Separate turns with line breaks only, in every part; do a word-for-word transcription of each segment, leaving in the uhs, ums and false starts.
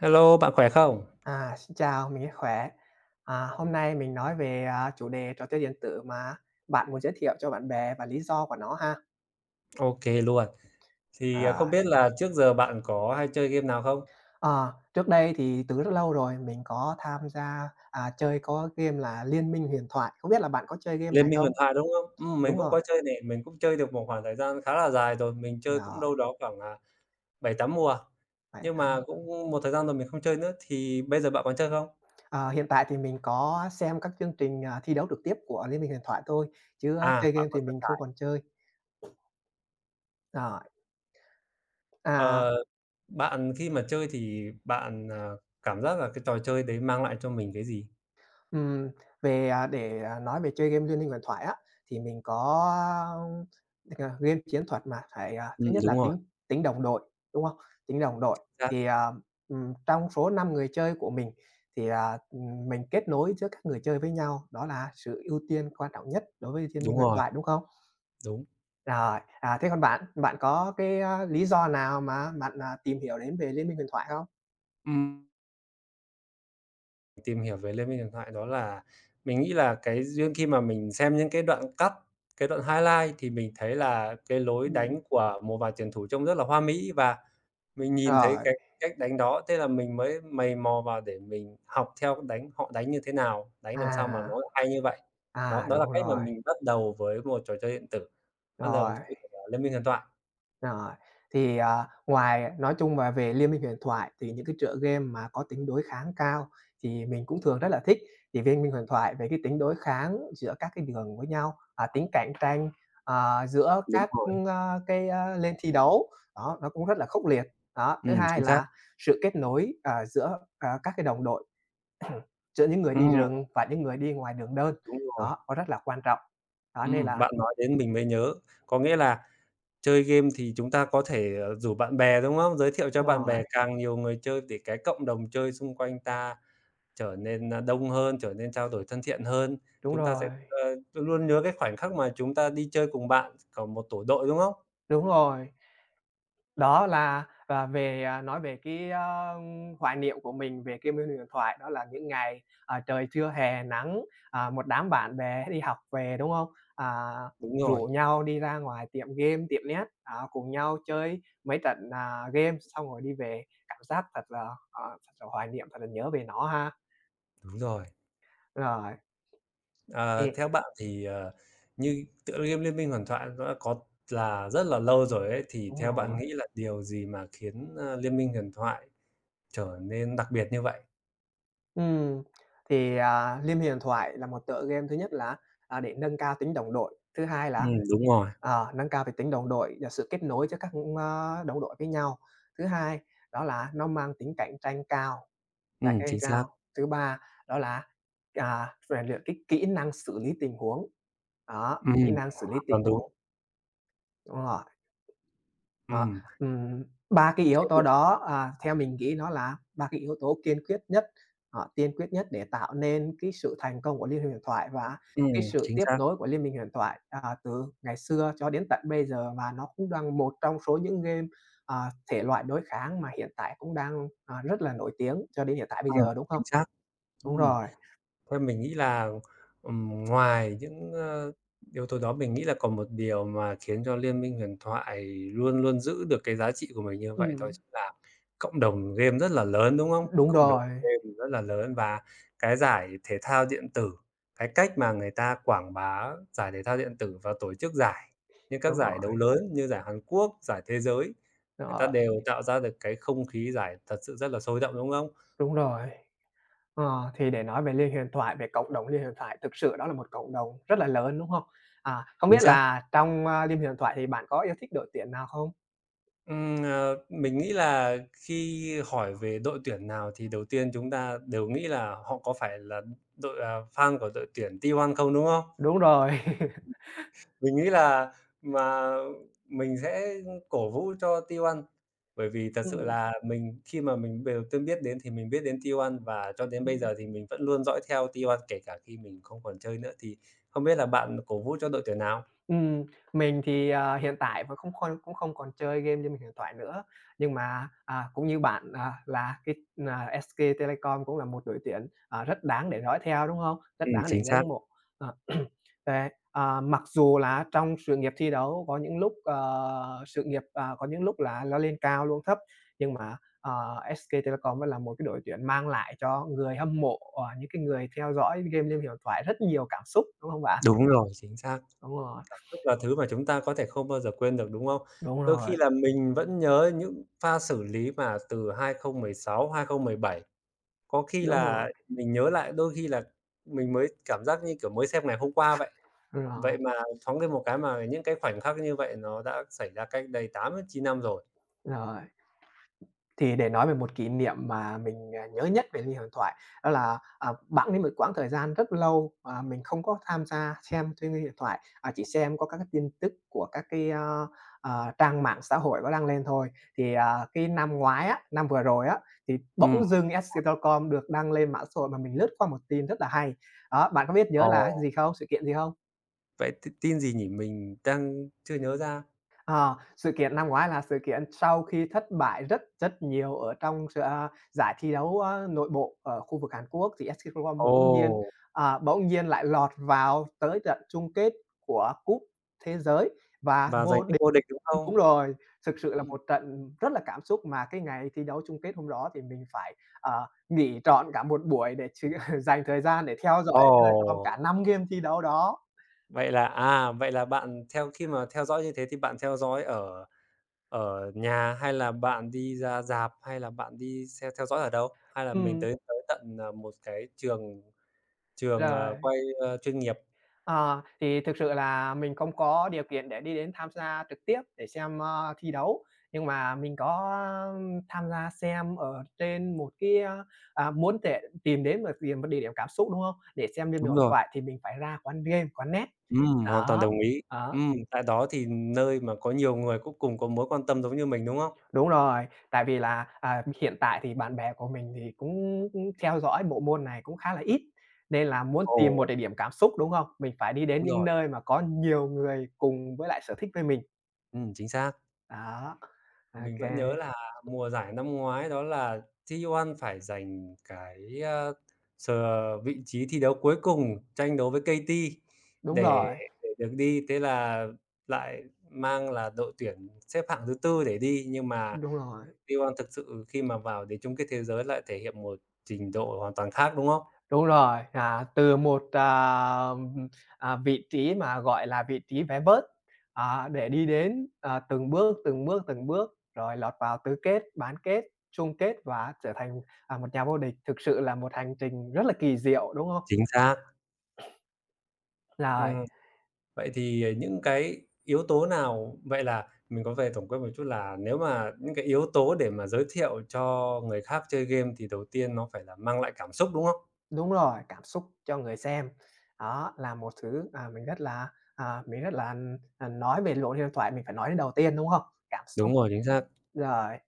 Hello, bạn khỏe không?
À, xin chào, mình rất khỏe. À, hôm nay mình nói về, à, chủ đề trò chơi điện tử mà bạn muốn giới thiệu cho bạn bè và lý do của nó ha.
OK luôn. Thì, à,
Ờ,
không biết là trước giờ bạn có hay chơi game nào không?
ờ, Trước đây thì từ rất lâu rồi mình có tham gia, à, chơi có game là Liên Minh Huyền Thoại, không biết là bạn có chơi game này
Liên minh huyền
không?
thoại, đúng không? Ừm, mình
Đúng
cũng
rồi,
có chơi nè, mình cũng chơi được một khoảng thời gian khá là dài rồi, mình chơi cũng
rồi,
đâu đó khoảng, à, bảy, tám mùa,
phải
nhưng
thắng.
mà cũng một thời gian rồi mình không chơi nữa, thì bây giờ bạn còn chơi không?
Ờ, hiện tại thì mình có xem các chương trình, à, thi đấu trực tiếp của Liên Minh Huyền Thoại thôi, chứ à,
À,
chơi
bạn
game thì
còn săn
mình không
giải.
còn chơi. Rồi. à
Ờ, bạn khi mà chơi thì bạn, ờ, cảm giác là cái trò chơi đấy mang lại cho mình cái gì?
Ừm, Về, à, để, à, nói về chơi game Liên Minh Huyền Thoại á, thì mình có à, game chiến thuật mà phải, à, thứ
Ừm,
nhất
đúng
là
rồi,
tính tính đồng đội, đúng không? Tính đồng đội
xác,
thì, à, ừm, trong số năm người chơi của mình thì, à, ừm, mình kết nối giữa các người chơi với nhau, đó là sự ưu tiên quan trọng nhất đối với Liên Minh
đúng
Huyền
rồi,
Thoại, đúng không?
đúng.
Rồi, à, thế còn bạn, bạn có cái, a, lý do nào mà bạn, à, tìm hiểu đến về Liên Minh Huyền Thoại không?
Ừm. Tìm hiểu về Liên Minh Huyền Thoại đó là mình nghĩ là cái duyên khi mà mình xem những cái đoạn cắt, cái đoạn highlight thì mình thấy là cái lối
Ừm.
đánh của một vài tuyển thủ trông rất là hoa mỹ và mình nhìn thấy
Rồi,
cái cách đánh đó, thế là mình mới mày mò vào để mình học theo đánh họ đánh như thế nào, đánh làm sao mà
à,
nó lại hay như vậy. Đó,
à,
đó là
đúng
cách mà
rồi,
mình bắt đầu với một trò chơi điện tử, bắt đầu
rồi.
với cả Liên Minh Huyền Thoại.
Rồi, thì, à, ngoài nói chung và về Liên Minh Huyền Thoại thì những cái tựa game mà có tính đối kháng cao thì mình cũng thường rất là thích. Thì Liên Minh Huyền Thoại về cái tính đối kháng giữa các cái đường với nhau, à, tính cạnh tranh, ờ, giữa
Đúng
các,
rồi,
ơ, cái, ơ, lên thi đấu, đó, nó cũng rất là khốc liệt. Đó, thứ
ừm,
hai
chính xác.
là sự kết nối, ờ, giữa, ờ, các cái đồng đội, giữa những người đi
Ừm,
rừng và những người đi ngoài đường đơn,
đúng rồi.
đó, nó rất là quan trọng. Đó, nên
Ừm,
là
bạn nói đến mình mới nhớ. Có nghĩa là chơi game thì chúng ta có thể, ờ, rủ bạn bè, đúng không? Giới thiệu cho bạn
rồi,
bè càng nhiều người chơi để cái cộng đồng chơi xung quanh ta trở nên, a, đông hơn, trở nên trao đổi thân thiện hơn.
đúng
Chúng ta sẽ,
rồi,
ờ, luôn nhớ cái khoảnh khắc mà chúng ta đi chơi cùng bạn, còn một tổ đội, đúng không?
đúng rồi. Đó là, à, về, à, nói về cái, a, hoài niệm của mình về cái môi trường điện thoại, đó là những ngày, à, trời trưa hè nắng, à, một đám bạn bè đi học về, đúng không? À,
Đúng rồi,
rủ nhau đi ra ngoài tiệm game, tiệm net, đó, cùng nhau chơi mấy trận, à, game xong rồi đi về, cảm giác thật là, ờ, thật là hoài niệm, thật là nhớ về nó ha.
đúng rồi.
Rồi,
Ờ,
ừm,
theo bạn thì, ờ, như tựa game Liên minh huyền thoại nó đã có là rất là lâu rồi ấy, thì
đúng
theo bạn
rồi.
nghĩ là điều gì mà khiến, ơ, Liên minh huyền thoại trở nên đặc biệt như vậy?
Ừm, thì, à, Liêm Huyền Thoại là một tựa game thứ nhất là, à, để nâng cao tính đồng đội, thứ hai là,
Ừm, đúng rồi.
ờ, nâng cao về tính đồng đội và sự kết nối giữa các, ơ, đồng đội với nhau. Thứ hai đó là nó mang tính cạnh tranh cao, cạnh
Ừm,
tranh
chính xác.
cao. Thứ ba đó là, à, rèn luyện cái kỹ năng xử lý tình huống, đó, kỹ
Ừm,
năng xử lý
hoàn
tình
toàn đúng.
huống, đúng rồi. Đó,
Ừm.
ừm, ba cái yếu tố đó, à, theo mình nghĩ nó là ba cái yếu tố kiên quyết nhất, ờ, tiên quyết nhất để tạo nên cái sự thành công của Liên Minh Huyền Thoại và
Ừm,
cái sự
chính
tiếp
xác.
nối của Liên Minh Huyền Thoại, à, từ ngày xưa cho đến tận bây giờ. Và nó cũng đang một trong số những game, à, thể loại đối kháng mà hiện tại cũng đang, à, rất là nổi tiếng cho đến hiện tại bây
Ừm,
giờ, đúng không?
chính xác.
Đúng
Ừm.
rồi,
Thôi mình nghĩ là, ừm, ngoài những, ơ, yếu tố đó, mình nghĩ là còn một điều mà khiến cho Liên minh huyền thoại luôn luôn giữ được cái giá trị của mình như vậy đó
ừm,
chính là cộng đồng game rất là lớn, đúng không?
đúng
Cộng đồng
rồi,
game rất là lớn và cái giải thể thao điện tử, cái cách mà người ta quảng bá giải thể thao điện tử và tổ chức giải, như các
đúng
giải
rồi,
đấu lớn như giải Hàn Quốc, giải thế giới,
đúng
người ta
rồi,
đều tạo ra được cái không khí giải thật sự rất là sôi động, đúng không?
đúng rồi. Ờ, thì để nói về Liên Huyền Thoại, về cộng đồng Liên Huyền Thoại, thực sự đó là một cộng đồng rất là lớn, đúng không? À, không
Chính
biết
xác.
là trong, a, Liên Huyền Thoại thì bạn có yêu thích đội tuyển nào không?
Ừm, ờ, mình nghĩ là khi hỏi về đội tuyển nào thì đầu tiên chúng ta đều nghĩ là họ có phải là đội, à, fan của đội tuyển tê một không, đúng không?
Đúng rồi.
Mình nghĩ là mà mình sẽ cổ vũ cho tê một, bởi vì thật sự
Ừm,
là mình khi mà mình bề đầu tiên biết đến thì mình biết đến tê một và cho đến bây
ừm.
giờ thì mình vẫn luôn dõi theo tê một kể cả khi mình không còn chơi nữa. Thì không biết là bạn cổ vũ cho đội tuyển nào?
Ừm, mình thì, à, hiện tại vẫn không khon cũng không còn chơi game như mình điện thoại nữa, nhưng mà, à, cũng như bạn, à, là cái, à, ét ca Telecom cũng là một đội tuyển, à, rất đáng để dõi theo, đúng hông? Rất
Ừm,
đáng để
chính xác,
ngưỡng mộ. Ờ, đấy, à, mặc dù là trong sự nghiệp thi đấu có những lúc, ờ, sự nghiệp, à, có những lúc là nó lên cao luôn thấp, nhưng mà, ờ, ét ca Telecom vẫn là một cái đội tuyển mang lại cho người hâm mộ, ờ, những cái người theo dõi game Liên Huyền Thoại rất nhiều cảm xúc, đúng hông bạn?
đúng rồi, chính xác.
Đúng rồi,
Cảm xúc là thứ mà chúng ta có thể không bao giờ quên được, đúng không?
đúng
Đôi khi
rồi.
là mình vẫn nhớ những pha xử lý mà từ hai không một sáu, hai không một bảy, có khi
Đúng
là
rồi,
mình nhớ lại đôi khi là mình mới cảm giác như, kiểu, mới xem ngày hôm qua vậy.
rồi,
Vậy mà thoáng lên một cái mà những cái khoảnh khắc như vậy nó đã xảy ra cách đây tám, chín năm rồi.
rồi. Thì để nói về một kỷ niệm mà mình, à, nhớ nhất về Ly Hoàng Thoại đó là, à, bẵng đi một quãng thời gian rất lâu, à, mình không có tham gia xem trên Ly Điện Thoại, à, chỉ xem có các cái tin tức của các cái, ơ, ờ, trang mạng xã hội có đăng lên thôi. Thì, à, cái năm ngoái á, năm vừa rồi á, thì bỗng
Ừm,
dưng SCTLCom được đăng lên mạng xã hội mà mình lướt qua một tin rất là hay. Đó, bạn có biết nhớ
ồ,
là cái gì không? Sự kiện gì không?
vậy t tin gì nhỉ? Mình đang chưa nhớ ra.
Ờ, sự kiện năm ngoái là sự kiện sau khi thất bại rất rất nhiều ở trong s a, giải thi đấu, a, nội bộ ở khu vực Hàn Quốc thì ét ca Telecom bỗng nhiên,
Ồ,
à, bỗng nhiên lại lọt vào tới trận chung kết của Cúp Thế Giới và
và
vô
giành chức
địch.
vô địch, đúng không?
Đúng rồi, thực sự là
Ừm.
một trận rất là cảm xúc mà cái ngày thi đấu chung kết hôm đó thì mình phải, ờ, nghỉ trọn cả một buổi để ch dành thời gian để theo dõi
Ồ!
ét ca Telecom cả năm game thi đấu đó.
Vậy là à, vậy là bạn theo khi mà theo dõi như thế thì bạn theo dõi ở ở nhà hay là bạn đi ra rạp, hay là bạn đi xe theo dõi ở đâu? Hay là mình
Ừm,
tới tới tận, ờ, một cái trường trường, ờ,
rồi.
quay, ơ, chuyên nghiệp?
Ờ, thì thực sự là mình không có điều kiện để đi đến tham gia trực tiếp để xem, ơ, thi đấu, nhưng mà mình có ừm, tham gia xem ở trên một cái, a à, muốn để tìm đến một điểm một địa điểm cảm xúc, đúng không? Để xem trên điện
Đúng rồi,
thoại thì mình phải ra quán game, quán net.
ừm, hoàn toàn
Đó,
đồng ý.
đó,
Ừm, tại đó thì nơi mà có nhiều người cũng cùng có mối quan tâm giống như mình, đúng không?
đúng rồi, tại vì là, à, hiện tại thì bạn bè của mình thì cũng cũng theo dõi bộ môn này cũng khá là ít, nên là muốn tìm một
Ồ,
địa điểm cảm xúc, đúng không? Mình phải đi đến
đúng
những
rồi,
nơi mà có nhiều người cùng với lại sở thích với mình.
ừm, chính xác.
Đó,
Mình
ok,
vẫn nhớ là mùa giải năm ngoái đó là tê một phải giành cái, a, sờ vị trí thi đấu cuối cùng, tranh đấu với ca tê
đúng
để
rồi,
để được đi. Thế là lại mang là đội tuyển xếp hạng thứ tư để đi, nhưng mà
đúng rồi,
tê một thực sự khi mà vào đến chung kết thế giới lại thể hiện một trình độ hoàn toàn khác, đúng không?
đúng rồi, à, từ một, à, à, vị trí mà, gọi là, vị trí vé vớt, à, để đi đến, à, từng bước, từng bước, từng bước, rồi lọt vào tứ kết, bán kết, chung kết và trở thành, à, một nhà vô địch, thực sự là một hành trình rất là kỳ diệu, đúng hông?
Chính xác,
Rồi,
ừm. Vậy thì, ờ, những cái yếu tố nào vậy là mình có về tổng quát một chút là nếu mà những cái yếu tố để mà giới thiệu cho người khác chơi game thì đầu tiên nó phải là mang lại cảm xúc, đúng không?
đúng rồi, cảm xúc cho người xem, đó là một thứ, à, mình rất là, à, mình rất là, à, nói về Lộn Huyền Thoại mình phải nói đến đầu tiên, đúng không? Cảm xúc,
Đúng rồi, chính xác.
rồi.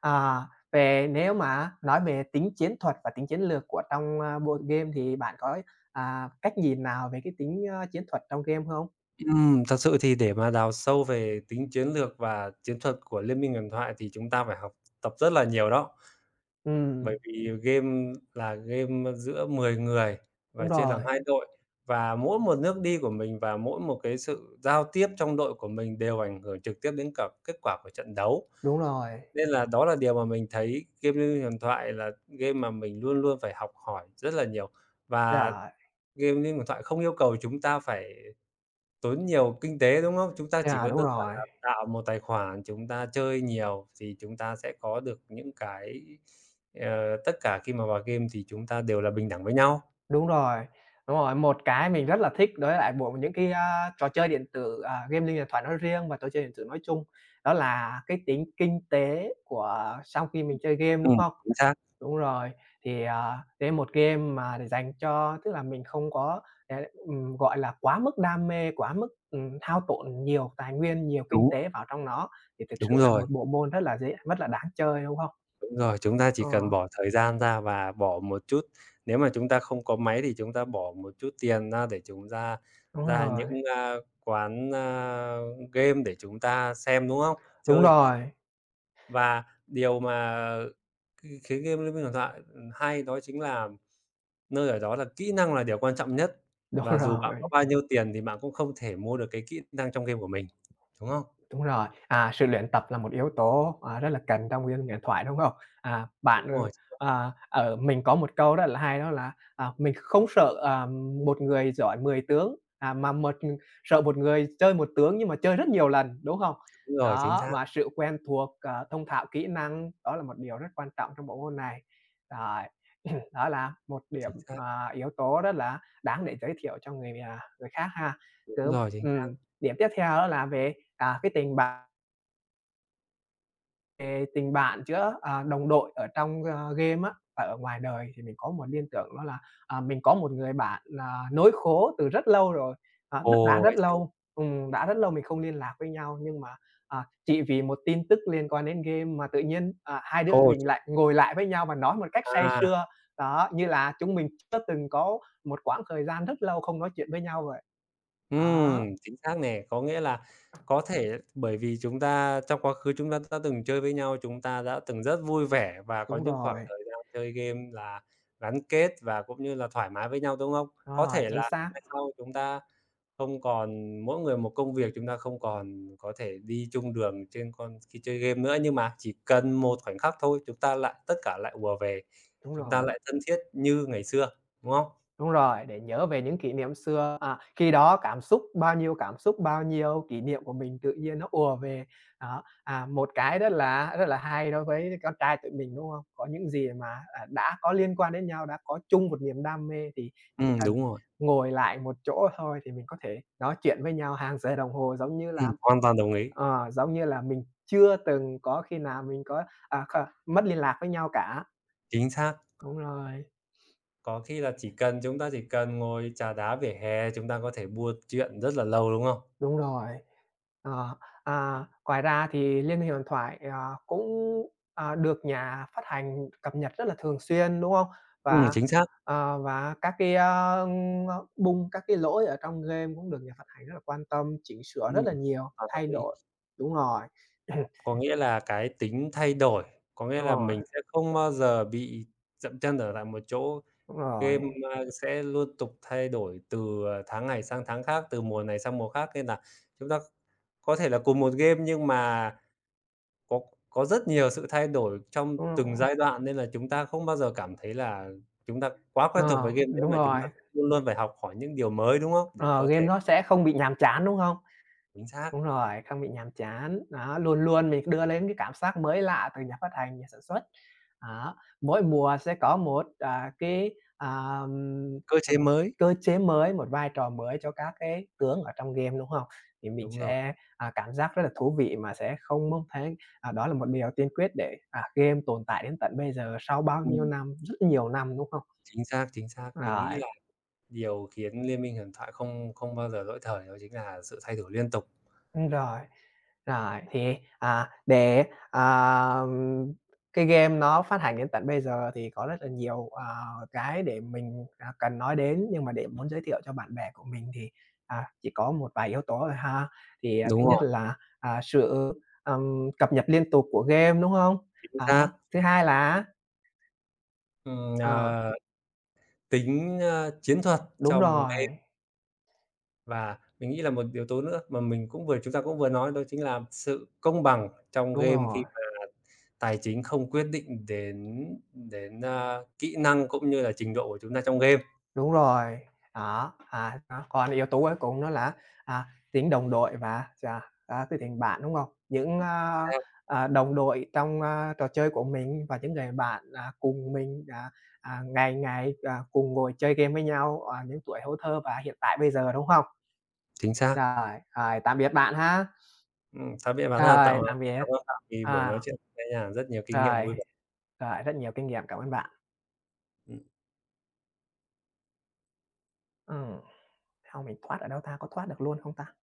À, về nếu mà nói về tính chiến thuật và tính chiến lược của trong, a, bộ game thì bạn có, à, cách nhìn nào về cái tính, a, chiến thuật trong game không?
Ừm, thật sự thì để mà đào sâu về tính chiến lược và chiến thuật của Liên minh huyền thoại thì chúng ta phải học tập rất là nhiều đó.
Ừm,
Bởi vì game là game, giữa mười người
đúng
và chia làm
rồi,
hai đội, và mỗi một nước đi của mình và mỗi một cái sự giao tiếp trong đội của mình đều ảnh hưởng trực tiếp đến cả kết quả của trận đấu.
đúng rồi,
Nên là đó là điều mà mình thấy game Liên Minh Huyền Thoại là game mà mình luôn luôn phải học hỏi rất là nhiều, và
rồi,
game Liên Minh Huyền Thoại không yêu cầu chúng ta phải tốn nhiều kinh tế, đúng không? Chúng ta chỉ
à,
có
đúng
đơn giản
rồi,
là tạo một tài khoản, chúng ta chơi nhiều thì chúng ta sẽ có được những cái ờ, tất cả khi mà vào game thì chúng ta đều là bình đẳng với nhau.
đúng rồi, đúng rồi. Một cái mình rất là thích đối lại bộ những cái, a, trò chơi điện tử, à, game linh huyền thoại nói riêng và trò chơi điện tử nói chung, đó là cái tính kinh tế của ờ, sau khi mình chơi game, đúng
Ừm,
không?
chính xác,
Đúng rồi, thì, à, đấy một game mà để dành cho tức là mình không có, ờ, ừm, gọi là, quá mức đam mê, quá mức, ừm, hao tổn nhiều tài nguyên, nhiều kinh
đúng,
tế vào trong nó, thì thực sự
đúng
là một
rồi,
bộ môn rất là dễ rất là đáng chơi, đúng không?
đúng rồi, chúng ta chỉ
Ờ,
cần bỏ thời gian ra và bỏ một chút nếu mà chúng ta không có máy thì chúng ta bỏ một chút tiền ra để chúng ta
đúng
ra những,
rồi,
a, quán, a, game để chúng ta xem, đúng không?
đúng
Chơi.
rồi,
Và điều mà khi khiến game Liên Minh Huyền Thoại, hay đó chính là nơi ở đó là kỹ năng là điều quan trọng nhất,
đúng
và dù bạn có
rồi.
bao nhiêu tiền thì bạn cũng không thể mua được cái kỹ năng trong game của mình, đúng không?
Đúng rồi, à, sự luyện tập là một yếu tố, à, rất là cần trong cái huyền thoại, đúng không? À, bạn,
Đúng rồi,
ờ, ờ, ở mình có một câu rất là hay đó là, à, mình không sợ, à, một người giỏi mười tướng, à, mà một sợ một người chơi một tướng nhưng mà chơi rất nhiều lần, đúng không?
đúng rồi, chính
Đó,
xác,
và sự quen thuộc, ờ, thông thạo kỹ năng, đó là một điều rất quan trọng trong bộ môn này. Rồi, đó là một điểm,
chính xác,
à, yếu tố rất là đáng để giới thiệu cho người, à, người khác ha.
đúng
Đúng,
rồi, chính xác.
ừm. Điểm tiếp theo đó là về, à, cái tình bạn về tình bạn giữa, à, đồng đội ở trong, ơ, game á và ở ngoài đời thì mình có một liên tưởng đó là, à, mình có một người bạn là nối khố từ rất lâu rồi, à, rất đã
Ồ,
rất
vậy sao?
lâu, ừm, đã rất lâu mình không liên lạc với nhau nhưng mà, à, chỉ vì một tin tức liên quan đến game mà tự nhiên, à, hai đứa
Ồ,
mình
ch
lại ngồi lại với nhau và nói một cách say
à.
sưa. Đó, như là chúng mình chưa từng có một quãng thời gian rất lâu không nói chuyện với nhau vậy.
Ừm,
Đó,
chính xác nè, có nghĩa là có thể bởi vì chúng ta trong quá khứ chúng ta đã từng chơi với nhau, chúng ta đã từng rất vui vẻ và có
đúng
những khoảng
rồi,
thời gian chơi game là gắn kết và cũng như là thoải mái với nhau, đúng không? Có
rồi,
thể
chính
là
xác,
mai sau chúng ta không còn mỗi người một công việc, chúng ta không còn có thể đi chung đường trên con khi chơi game nữa, nhưng mà chỉ cần một khoảnh khắc thôi, chúng ta lại tất cả lại ùa về,
đúng
chúng
rồi.
ta lại thân thiết như ngày xưa, đúng không?
Đúng rồi, để nhớ về những kỷ niệm xưa. À, khi đó cảm xúc bao nhiêu cảm xúc bao nhiêu, kỷ niệm của mình tự nhiên nó ùa về. Đó, à, một cái rất là rất là hay đối với con trai tụi mình, đúng không? Có những gì mà, à, đã có liên quan đến nhau, đã có chung một niềm đam mê thì chỉ
Ừm,
cần
đúng rồi,
ngồi lại một chỗ thôi thì mình có thể nói chuyện với nhau hàng giờ đồng hồ, giống như
ừm,
là
hoàn toàn đồng ý,
ờ, giống như là mình chưa từng có khi nào mình có, à, kh mất liên lạc với nhau cả.
chính xác.
Đúng rồi.
Có khi là chỉ cần chúng ta chỉ cần ngồi trà đá vỉa hè, chúng ta có thể buôn chuyện rất là lâu, đúng không?
Đúng rồi. Ờ, à, ngoài ra thì Liên Minh Huyền Thoại, ờ, cũng, à, được nhà phát hành cập nhật rất là thường xuyên, đúng không?
Ừm,
Và,
chính xác.
ờ, và các cái, a, bung, các cái lỗi ở trong game cũng được nhà phát hành rất là quan tâm, chỉnh sửa rất
Ừm.
là nhiều,
Hoàn toàn đồng
thay
ý.
đổi. Đúng rồi.
Có nghĩa là cái tính thay đổi, có nghĩa
Đúng
là
rồi,
mình sẽ không bao giờ bị dậm chân ở lại một chỗ. Game, a, sẽ luôn tục thay đổi từ, ờ, tháng này sang tháng khác, từ mùa này sang mùa khác, nên là chúng ta có thể là cùng một game nhưng mà Có có rất nhiều sự thay đổi trong
đúng rồi, đúng
từng
rồi.
giai đoạn nên là chúng ta không bao giờ cảm thấy là chúng ta quá quen thuộc
Ờ,
với game đấy
đúng
mà chúng ta
rồi.
sẽ luôn luôn phải học hỏi những điều mới, đúng không? Để
Ờ,
có
game
thể
nó sẽ không bị nhàm chán, đúng không?
chính xác,
Đúng rồi, không bị nhàm chán, đó, luôn luôn mình đưa lên cái cảm giác mới lạ từ nhà phát hành, nhà sản xuất. Đó, mỗi mùa sẽ có một, à, cái, à, ừm,
cơ
ờ,
chế mới.
cơ chế mới, một vai trò mới cho các cái tướng ở trong game, đúng không? Thì mình
Đúng rồi,
sẽ, à, cảm giác rất là thú vị mà sẽ không mong thấy à, đó là một điều tiên quyết để, à, game tồn tại đến tận bây giờ sau bao nhiêu
ừm,
năm, rất nhiều năm, đúng không?
chính xác, chính xác. Mình nghĩ
Rồi,
là điều khiến Liên minh huyền thoại không không bao giờ lỗi thời đó chính là sự thay đổi liên tục.
đúng rồi. Rồi, thì, à, để, à, cái game nó phát hành đến tận bây giờ thì có rất là nhiều, ờ, cái để mình, à, cần nói đến, nhưng mà để muốn giới thiệu cho bạn bè của mình thì, à, chỉ có một vài yếu tố thôi ha. Thì, à,
Đúng
thứ nhất
rồi,
là, à, sự, ừm, cập nhật liên tục của game, đúng không?
chính xác.
Đó, thứ hai là
Ừm,
ờ,
ờ, tính, ơ, chiến thuật
đúng
trong game
rồi,
và mình nghĩ là một yếu tố nữa mà mình cũng vừa chúng ta cũng vừa nói đó chính là sự công bằng trong
đúng
game
rồi.
khi mà tài chính không quyết định đến đến, a, kỹ năng cũng như là trình độ của chúng ta trong game.
Đúng rồi, đó, à, đó, còn yếu tố cuối cùng đó là, à, tính đồng đội và chà á, cái tình bạn, đúng không? Những, a,
Xác,
à, đồng đội trong, a, trò chơi của mình và những người bạn, à, cùng mình, à, à, ngày ngày, à, cùng ngồi chơi game với nhau, à, những tuổi hấu thơ và hiện tại bây giờ, đúng không?
chính xác.
Rồi, rồi, tạm biệt bạn ha.
Ừm, tạm biệt bạn ha.
Rồi,
Tạo
tạm biệt.
cảm ơn bạn vì buổi nói
À,
chuyện với nhà rất nhiều kinh nghiệm
rồi,
vui vẻ.
rồi, rất nhiều kinh nghiệm, cảm ơn bạn.
Ừ.
Ừm, hông mình thoát ở đâu ta? Có thoát được luôn không ta?